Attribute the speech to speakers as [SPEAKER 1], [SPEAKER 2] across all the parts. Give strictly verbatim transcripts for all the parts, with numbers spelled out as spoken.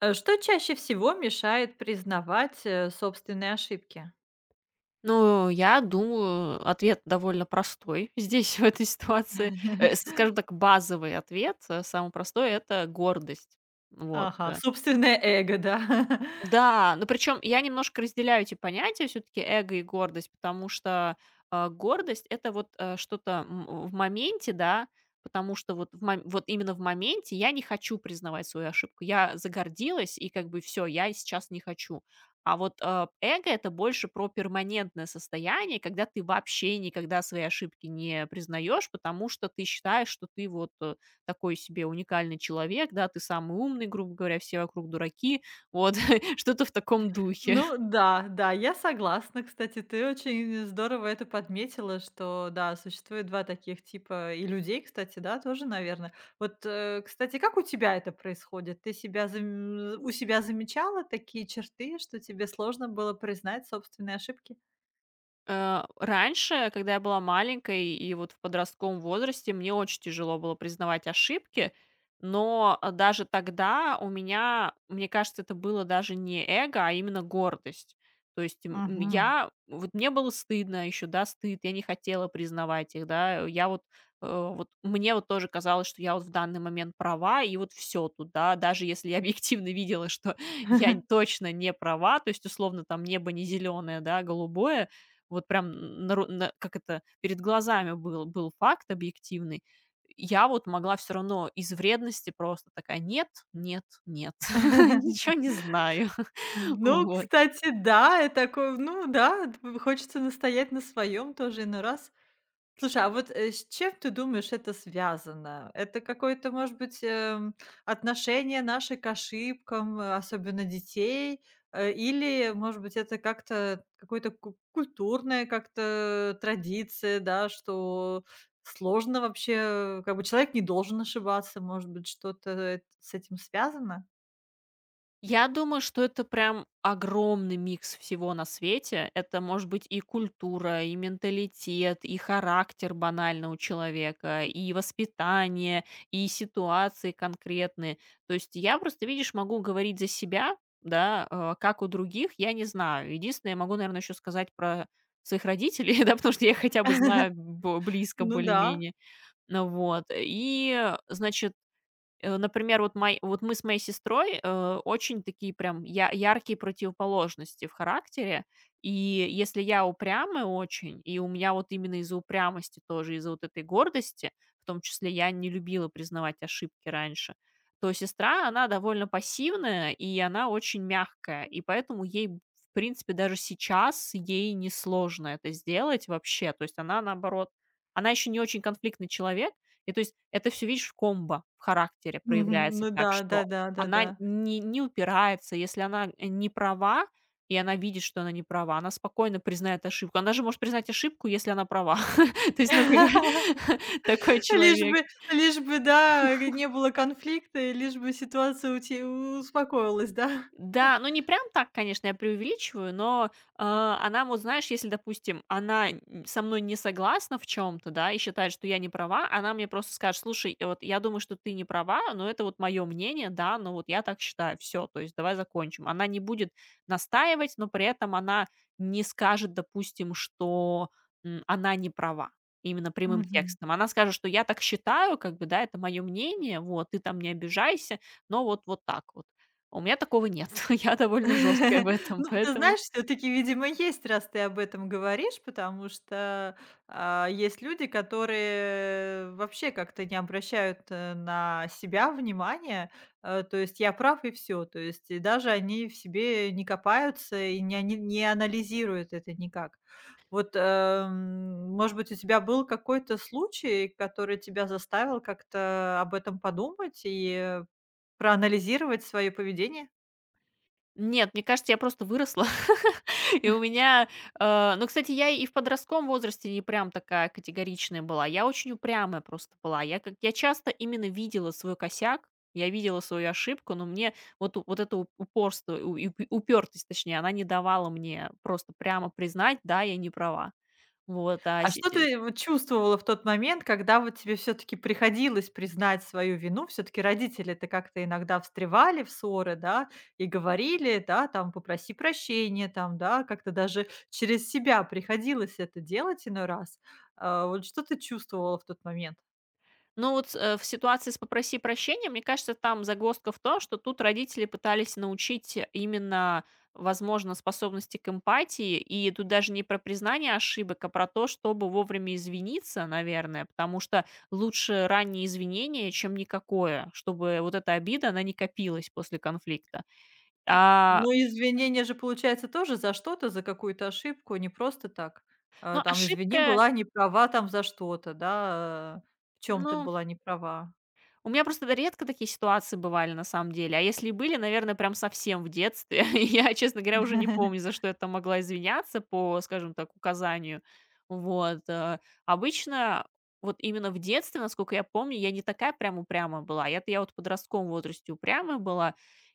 [SPEAKER 1] Э, что чаще всего мешает признавать, э, собственные ошибки?
[SPEAKER 2] Ну, я думаю, ответ довольно простой здесь, в этой ситуации. Э, с Скажем так, базовый ответ, э, самый простой — это гордость. Вот.
[SPEAKER 1] Ага,
[SPEAKER 2] э.
[SPEAKER 1] собственное эго, да.
[SPEAKER 2] Да, но причем я немножко разделяю эти понятия все-таки эго и гордость, потому что а, гордость, это вот а, что-то м- э, в моменте, да, потому что вот, в мом- вот именно в моменте я не хочу признавать свою ошибку. Я загордилась, и как бы все, я сейчас не хочу. А вот а, эго — это больше про перманентное состояние, когда ты вообще никогда свои ошибки не признаешь, потому что ты считаешь, что ты вот э, такой себе уникальный человек, да, ты самый умный, грубо говоря, все вокруг дураки, вот. Что-то в таком духе.
[SPEAKER 1] Ну да, да, я согласна. Кстати, ты очень здорово это подметила, что, да, существует два таких типа и людей, кстати, да, тоже, наверное. Вот, э, кстати, как у тебя это происходит? Ты себя зам у себя замечала такие черты, что тебе сложно было признать собственные ошибки?
[SPEAKER 2] Э, раньше, когда я была маленькой и вот в подростковом возрасте, мне очень тяжело было признавать ошибки, но, а, даже тогда у меня, мне кажется, это было даже не эго, а именно гордость. То есть, м, м,
[SPEAKER 1] Мгм.
[SPEAKER 2] я вот мне было стыдно еще, да, стыд, я не хотела признавать их, да. Я вот, э, вот мне вот тоже казалось, что я вот в данный момент права, и вот все тут, да. Даже если я объективно видела, что я точно не права, то есть, условно, там небо не зеленое, да, а голубое, вот прям на ру на как это, перед глазами был был факт объективный. Я вот могла все равно из вредности, просто такая: "Нет, нет, нет, ничего не знаю".
[SPEAKER 1] Ну,
[SPEAKER 2] Вот.
[SPEAKER 1] кстати, да, и такой, ну да, д хочется настоять на своем тоже иной раз. Слушай, а вот, э, с чем ты думаешь это связано? Это какое-то, может быть, эм, отношение наше к ошибкам, э, особенно детей? Э, или, может быть, это как-то какое-то ку культурная как-то традиция, да, что сложно вообще, как бы человек не должен ошибаться, может быть, что-то эт с этим связано?
[SPEAKER 2] Я думаю, что это прям огромный микс всего на свете. Это может быть и культура, и менталитет, и характер банально у человека, и воспитание, и ситуации конкретные. То есть я просто, видишь, могу говорить за себя, да, э, как у других, я не знаю. Единственное, я могу, наверное, еще сказать про своих родителей, да, потому что я их хотя бы знаю б- близко,
[SPEAKER 1] Ну да.
[SPEAKER 2] более-менее. Ну вот. И, значит, Э, например, вот мой вот мы с моей сестрой, э, очень такие прям я яркие противоположности в характере. И если я упрямая очень, и у меня вот именно из-за упрямости тоже, из-за вот этой гордости, в том числе я не любила признавать ошибки раньше, то сестра, она довольно пассивная, и она очень мягкая. И поэтому ей, в принципе, даже сейчас ей несложно это сделать вообще. То есть она, наоборот, она еще не очень конфликтный человек, и то есть это все, видишь, в комбо в характере,
[SPEAKER 1] Мгм.
[SPEAKER 2] проявляется
[SPEAKER 1] Ну да,
[SPEAKER 2] так, что
[SPEAKER 1] да-да,
[SPEAKER 2] она
[SPEAKER 1] да-да.
[SPEAKER 2] не не упирается. Если она, э, не права, и она видит, что она не права, она спокойно признает ошибку. Она же может признать ошибку, если она права. То есть, ну, как бы, такой
[SPEAKER 1] Лишь бы
[SPEAKER 2] человек.
[SPEAKER 1] лишь бы, да, не было конфликта, и лишь бы ситуация ути успокоилась, да?
[SPEAKER 2] Да, ну не прям так, конечно, я преувеличиваю, но, э, она вот, знаешь, если, допустим, она н со мной не согласна в чем то да, и считает, что я не права, она мне просто скажет: "Слушай, э, вот я думаю, что ты не права, но это вот мое мнение, да, но вот я так считаю, все, то есть давай закончим". Она не будет настаивать, но при этом она не скажет, допустим, что, м, она не права именно прямым
[SPEAKER 1] Мгм.
[SPEAKER 2] текстом. Она скажет, что я так считаю, как бы, да, это мое мнение, вот, ты там не обижайся, но вот вот так вот. У меня такого нет. Я довольно жесткая в этом,
[SPEAKER 1] Ну, ты
[SPEAKER 2] поэтому.
[SPEAKER 1] знаешь, все таки видимо, есть, раз ты об этом говоришь, потому что, а, есть люди, которые вообще как-то не обращают, э, на себя внимания. Э, то есть я прав и все. То есть и даже они в себе не копаются и не они не анализируют это никак. Вот, эм, может быть, у тебя был какой-то случай, который тебя заставил как-то об этом подумать и э, проанализировать свое поведение?
[SPEAKER 2] Нет, мне кажется, я просто выросла. И у меня, э ну, кстати, я и в подростковом возрасте не прям такая категоричная была. Я очень упрямая просто была. Я как я часто именно видела свой косяк, я видела свою ошибку, но мне вот у вот это у упорство, у и упе упертость, точнее, она не давала мне просто прямо признать: "Да, я не права". Вот, а
[SPEAKER 1] А
[SPEAKER 2] се
[SPEAKER 1] что
[SPEAKER 2] э
[SPEAKER 1] ты вот чувствовала в тот момент, когда вот тебе все таки приходилось признать свою вину? Все таки родители-то как-то иногда встревали в ссоры, да, и говорили, да, там: "Попроси прощения", там, да, как-то даже через себя приходилось это делать иной раз. А, вот что ты чувствовала в тот момент?
[SPEAKER 2] Ну вот, э, в ситуации с "Попроси прощения", мне кажется, там загвоздка в том, что тут родители пытались научить именно, возможно, способности к эмпатии. И тут даже не про признание ошибок, а про то, чтобы вовремя извиниться, наверное, потому что лучше раннее извинение, чем никакое, чтобы вот эта обида, она не копилась после конфликта. А,
[SPEAKER 1] Ну, извинения же, получается, тоже за что-то, за какую-то ошибку, не просто так. А,
[SPEAKER 2] ну,
[SPEAKER 1] там: "Извини,
[SPEAKER 2] ошибка,
[SPEAKER 1] была не права там за что-то", да, э, в чем ты
[SPEAKER 2] ну.
[SPEAKER 1] была не права.
[SPEAKER 2] У меня просто д редко такие ситуации бывали на самом деле, а если и были, наверное, прям совсем в детстве. Я, честно говоря, уже не помню, за что я там могла извиняться по, скажем так, указанию. Вот. э. Обычно вот именно в детстве, насколько я помню, я не такая прям упрямая была. Я-то я вот в подростковом возрасте упрямая была.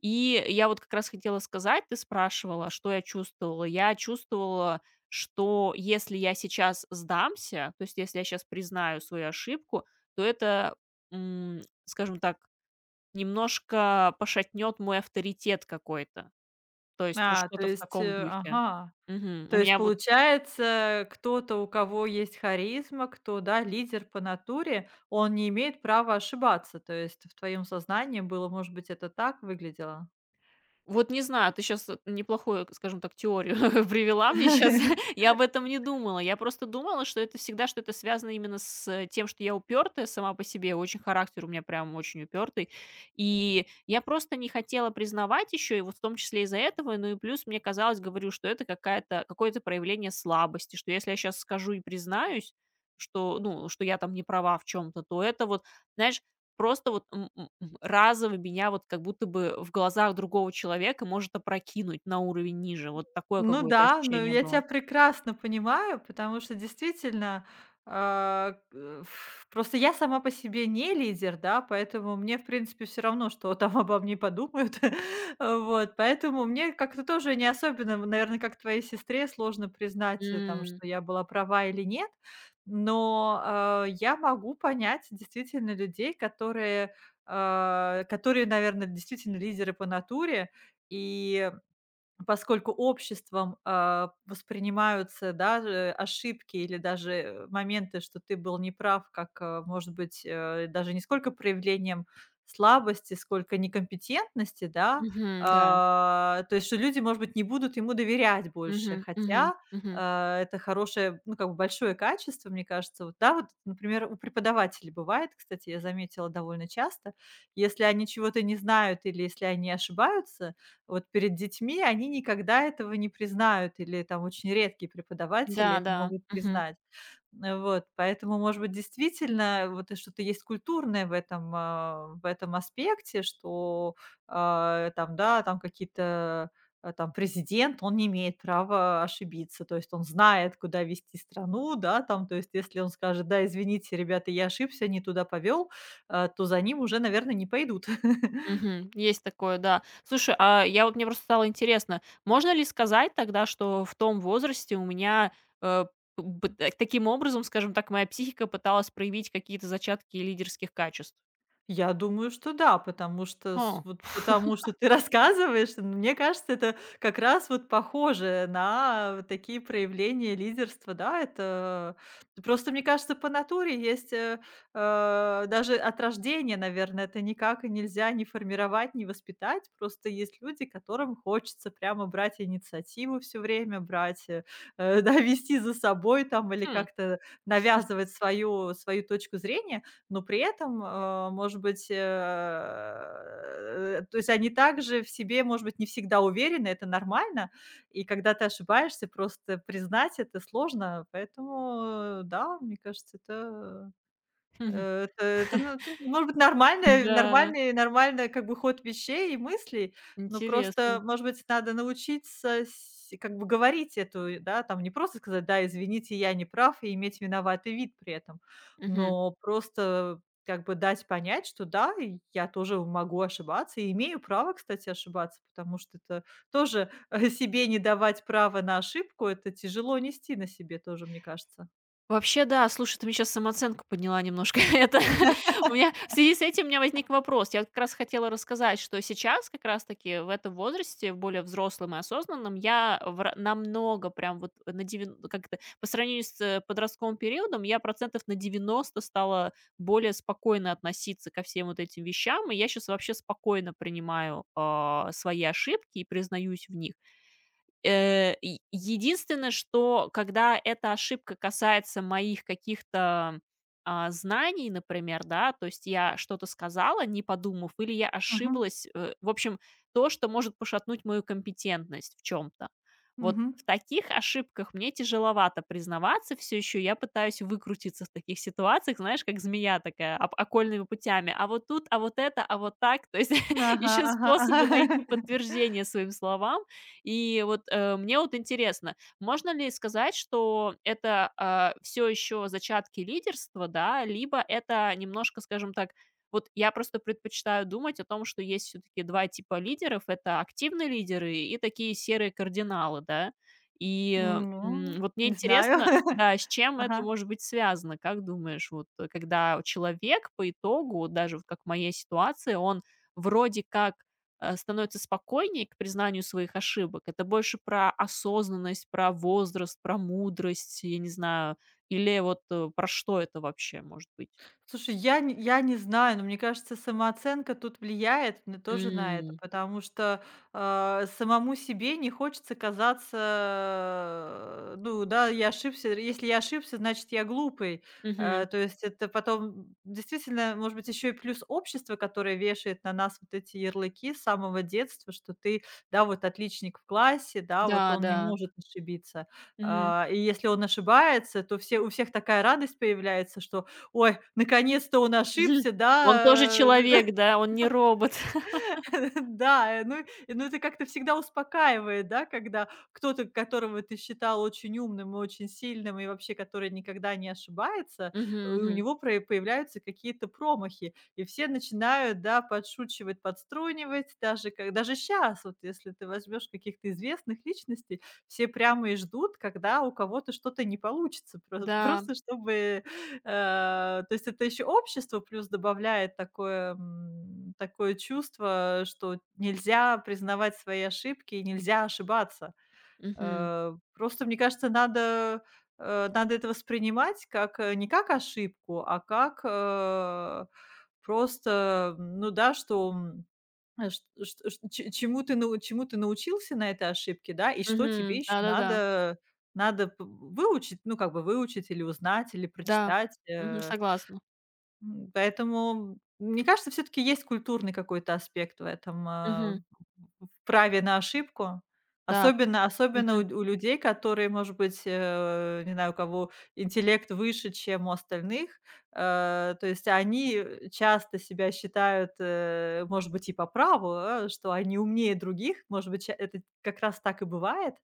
[SPEAKER 2] И я вот как раз хотела сказать, ты спрашивала, что я чувствовала. Я чувствовала, что если я сейчас сдамся, то есть если я сейчас признаю свою ошибку, то это, М, скажем так, немножко пошатнет мой авторитет какой-то. То есть вот
[SPEAKER 1] А, то
[SPEAKER 2] что-то в
[SPEAKER 1] есть,
[SPEAKER 2] таком
[SPEAKER 1] э,
[SPEAKER 2] духе.
[SPEAKER 1] ага.
[SPEAKER 2] Мгм.
[SPEAKER 1] То
[SPEAKER 2] У
[SPEAKER 1] есть,
[SPEAKER 2] меня.
[SPEAKER 1] получается, кто-то, у кого есть харизма, кто, да, лидер по натуре, он не имеет права ошибаться. То есть в твоем сознании было, может быть, это так выглядело?
[SPEAKER 2] Вот не знаю, ты сейчас неплохую, скажем так, теорию привела мне сейчас. Я об этом не думала. Я просто думала, что это всегда что-то связано именно с тем, что я упертая сама по себе. Очень характер у меня прям очень упертый. И я просто не хотела признавать еще, и вот в том числе из-за этого, ну и плюс мне казалось, говорю, что это какая-то какое-то проявление слабости, что если я сейчас скажу и признаюсь, что, ну, что я там не права в чем-то, то это вот, знаешь, просто вот разово меня вот как будто бы в глазах другого человека может опрокинуть на уровень ниже. Вот такое
[SPEAKER 1] Ну
[SPEAKER 2] какое-то
[SPEAKER 1] да, но
[SPEAKER 2] ощущение
[SPEAKER 1] я тебя
[SPEAKER 2] было.
[SPEAKER 1] прекрасно понимаю, потому что действительно, а, э, ф просто я сама по себе не лидер, да, поэтому мне, в принципе, все равно, что там обо мне подумают. Вот, поэтому мне как-то тоже не особенно, наверное, как твоей сестре, сложно признать, э, там,
[SPEAKER 2] М,
[SPEAKER 1] что я была права или нет. Но, а, я могу понять действительно людей, которые, а, которые, наверное, действительно лидеры по натуре. И поскольку обществом, а, воспринимаются, да, э, ошибки или даже, э, моменты, что ты был неправ, как, э, может быть, э, даже не сколько проявлением слабости, сколько некомпетентности, да.
[SPEAKER 2] мгм, да.
[SPEAKER 1] А, то есть, что люди, может быть, не будут ему доверять больше,
[SPEAKER 2] Мгм, мгм,
[SPEAKER 1] хотя,
[SPEAKER 2] мгм.
[SPEAKER 1] а, это хорошее, ну, как бы большое качество, мне кажется. Вот, да, вот, например, у преподавателей бывает, кстати, я заметила довольно часто, если они чего-то не знают или если они ошибаются, вот перед детьми, они никогда этого не признают или там очень редкие преподаватели
[SPEAKER 2] Да,
[SPEAKER 1] это
[SPEAKER 2] да.
[SPEAKER 1] могут
[SPEAKER 2] Мгм,
[SPEAKER 1] признать. Э, вот, поэтому, может быть, действительно, вот и что-то есть культурное в этом, а, в этом аспекте, что, а, там, да, там какие-то, а, там президент, он не имеет права ошибиться. То есть он знает, куда вести страну, да, там, то есть если он скажет: "Да, извините, ребята, я ошибся, не туда повел", э, то за ним уже, наверное, не пойдут.
[SPEAKER 2] мгм. Есть такое, да. Слушай, а я вот мне просто стало интересно, можно ли сказать тогда, что в том возрасте у меня, э, п б так таким образом, скажем так, моя психика пыталась проявить какие-то зачатки лидерских качеств?
[SPEAKER 1] Я думаю, что да, потому что с
[SPEAKER 2] О.
[SPEAKER 1] вот потому что ты рассказываешь, н- мне кажется, это как раз вот похоже на вот такие проявления лидерства, да. Это просто, мне кажется, по натуре есть, э, э, даже от рождения, наверное, это никак и нельзя не формировать, не воспитать. Просто есть люди, которым хочется прямо брать инициативу все время, брать, э, э, да, вести за собой там или
[SPEAKER 2] Хм.
[SPEAKER 1] как-то навязывать свою свою точку зрения. Но при этом, э, может быть, э, э, то есть они также в себе, может быть, не всегда уверены, это нормально. И когда ты ошибаешься, просто признать это сложно. Поэтому, э, да, мне кажется, это
[SPEAKER 2] Мгм.
[SPEAKER 1] Э, Это, это, ну, тут может быть, нормальный,
[SPEAKER 2] Да,
[SPEAKER 1] нормальный, нормальный как бы ход вещей и мыслей, но просто,
[SPEAKER 2] интересно.
[SPEAKER 1] может быть, надо научиться с- как бы говорить эту, и, да, там не просто сказать, да, извините, я не прав, и иметь виноватый вид при этом,
[SPEAKER 2] Мгм.
[SPEAKER 1] но просто как бы дать понять, что да, и я тоже могу ошибаться, и имею право, кстати, ошибаться, потому что это тоже себе не давать права на ошибку, это тяжело нести на себе тоже, мне кажется.
[SPEAKER 2] Вообще, да, слушай, ты мне сейчас самооценку подняла немножко. Это у меня в связи с этим у меня возник вопрос. Я вот как раз хотела рассказать, что сейчас как раз-таки в этом возрасте, в более взрослом и осознанном, я в ра намного прям вот на девян как то по сравнению с, э, подростковым периодом, я процентов на девяносто стала более спокойно относиться ко всем вот этим вещам. И я сейчас вообще спокойно принимаю, а, свои ошибки и признаюсь в них. Э, е Единственное, что когда эта ошибка касается моих каких-то, а, знаний, например, да, то есть я что-то сказала, не подумав, или я
[SPEAKER 1] Мгм.
[SPEAKER 2] ошиблась, э, в общем, то, что может пошатнуть мою компетентность в чем то Вот
[SPEAKER 1] Мгм.
[SPEAKER 2] в таких ошибках мне тяжеловато признаваться все еще. Я пытаюсь выкрутиться в таких ситуациях, знаешь, как змея такая, об окольными путями. А вот тут, а вот это, а вот так. То есть
[SPEAKER 1] Ага,
[SPEAKER 2] еще
[SPEAKER 1] ага,
[SPEAKER 2] способы
[SPEAKER 1] ага.
[SPEAKER 2] найти подтверждение своим словам, и вот, э, мне вот интересно, можно ли сказать, что это все еще зачатки лидерства, да, либо это немножко, скажем так, вот я просто предпочитаю думать о том, что есть все-таки два типа лидеров: это активные лидеры и такие серые кардиналы, да. И, э,
[SPEAKER 1] Ну,
[SPEAKER 2] м, вот мне
[SPEAKER 1] не знаю.
[SPEAKER 2] интересно, да, с чем это
[SPEAKER 1] Ага.
[SPEAKER 2] может быть связано? Как думаешь, вот, э, когда человек по итогу, даже вот как в моей ситуации, он вроде как э, становится спокойнее к признанию своих ошибок. Это больше про осознанность, про возраст, про мудрость, я не знаю, или вот, э, про что это вообще может быть?
[SPEAKER 1] Слушай, я не я не знаю, но мне кажется, самооценка тут влияет на тоже на это,
[SPEAKER 2] М,
[SPEAKER 1] потому что, э, самому себе не хочется казаться, э, ну да, я ошибся. Если я ошибся, значит, я глупый. Э,
[SPEAKER 2] мгм.
[SPEAKER 1] то есть это потом действительно, может быть, еще и плюс общество, которое вешает на нас вот эти ярлыки с самого детства, что ты, да, вот отличник в классе, да, вот
[SPEAKER 2] Да,
[SPEAKER 1] он не
[SPEAKER 2] да.
[SPEAKER 1] может ошибиться.
[SPEAKER 2] Мгм.
[SPEAKER 1] А, и если он ошибается, то все у всех такая радость появляется, что: "Ой, наконец-то он ошибся",
[SPEAKER 2] Он тоже
[SPEAKER 1] да, э,
[SPEAKER 2] человек, да, он не робот.
[SPEAKER 1] да, э, ну, и- ну, это как-то всегда успокаивает, да, когда кто-то, которого ты считал очень умным и очень сильным, и вообще который никогда не ошибается,
[SPEAKER 2] Мгм,
[SPEAKER 1] э, у
[SPEAKER 2] мгм.
[SPEAKER 1] него про появляются какие-то промахи, и все начинают, да, подшучивать, подструнивать, даже как даже сейчас вот если ты возьмешь каких-то известных личностей, все прямо и ждут, когда у кого-то что-то не получится, про
[SPEAKER 2] Да.
[SPEAKER 1] просто чтобы... Э, то есть это еще общество плюс добавляет такое, м, такое чувство, что нельзя признавать свои ошибки и нельзя ошибаться.
[SPEAKER 2] Мгм.
[SPEAKER 1] Э, просто, мне кажется, надо, э, надо это воспринимать как, э, не как ошибку, а как, э, просто, м, ну да, что, м, э, ш ш ш ч чему ты нау чему ты научился на этой ошибке, да, и что тебе
[SPEAKER 2] Мгм.
[SPEAKER 1] еще
[SPEAKER 2] Да-да-да.
[SPEAKER 1] надо надо п выучить, ну, как бы выучить или узнать, или
[SPEAKER 2] Да.
[SPEAKER 1] прочитать,
[SPEAKER 2] Мгм.
[SPEAKER 1] э
[SPEAKER 2] Согласна.
[SPEAKER 1] М, поэтому, мне кажется, все таки есть культурный какой-то аспект в этом, э,
[SPEAKER 2] Мгм.
[SPEAKER 1] в праве на ошибку.
[SPEAKER 2] Да.
[SPEAKER 1] Особенно особенно у
[SPEAKER 2] Мгм.
[SPEAKER 1] у людей, которые, может быть, э, не знаю, у кого интеллект выше, чем у остальных. Э, то есть они часто себя считают, э, может быть, и по праву, а, что они умнее других. Может быть, ча это как раз так и бывает,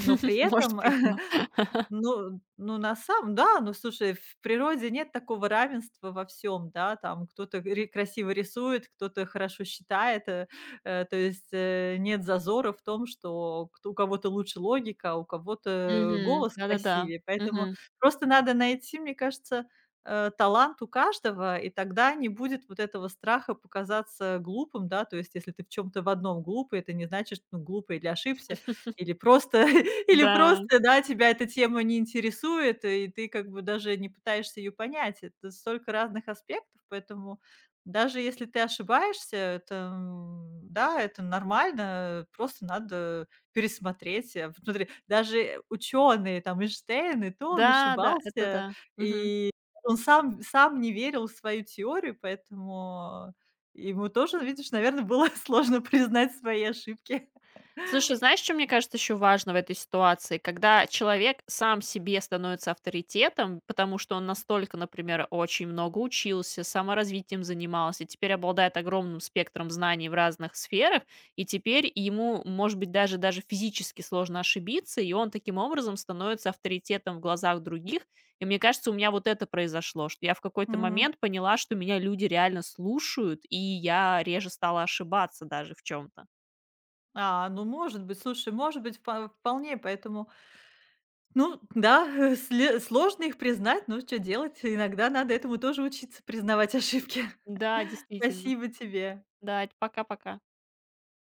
[SPEAKER 1] но при
[SPEAKER 2] Может
[SPEAKER 1] этом...
[SPEAKER 2] быть, да.
[SPEAKER 1] Ну ну, на самом да, ну, слушай, в природе нет такого равенства во всем, да, там кто-то ре красиво рисует, кто-то хорошо считает, э, э, то есть, э, нет зазора в том, что кто у кого-то лучше логика, а у кого-то
[SPEAKER 2] Мгм.
[SPEAKER 1] голос
[SPEAKER 2] Да-да-да.
[SPEAKER 1] красивее. Поэтому
[SPEAKER 2] Мгм.
[SPEAKER 1] просто надо найти, мне кажется, э, талант у каждого, и тогда не будет вот этого страха показаться глупым, да. То есть, если ты в чем то в одном глупый, это не значит, что ну, глупый или ошибся, или просто или
[SPEAKER 2] Да.
[SPEAKER 1] просто, да, тебя эта тема не интересует, и ты как бы даже не пытаешься ее понять. Это столько разных аспектов, поэтому даже если ты ошибаешься, это, м, да, это нормально, просто надо пересмотреть. Э, вот смотри, даже ученые там, Эйнштейн, и то он
[SPEAKER 2] Да, да, это
[SPEAKER 1] ошибался,
[SPEAKER 2] да. Мгм.
[SPEAKER 1] и он сам сам не верил в свою теорию, поэтому ему тоже, видишь, наверное, было сложно признать свои ошибки.
[SPEAKER 2] Слушай, знаешь, что мне кажется еще важно в этой ситуации? Когда человек сам себе становится авторитетом, потому что он настолько, например, очень много учился, саморазвитием занимался, теперь обладает огромным спектром знаний в разных сферах, и теперь ему, может быть, даже, даже физически сложно ошибиться, и он таким образом становится авторитетом в глазах других. И мне кажется, у меня вот это произошло, что я в какой-то момент поняла, что меня люди реально слушают, и я реже стала ошибаться даже в чем-то.
[SPEAKER 1] А, ну, может быть, слушай, может быть, впо вполне, поэтому, ну да, сле сложно их признать, но что делать? Иногда надо этому тоже учиться, признавать ошибки.
[SPEAKER 2] Да, действительно.
[SPEAKER 1] Спасибо тебе.
[SPEAKER 2] Да, пока-пока.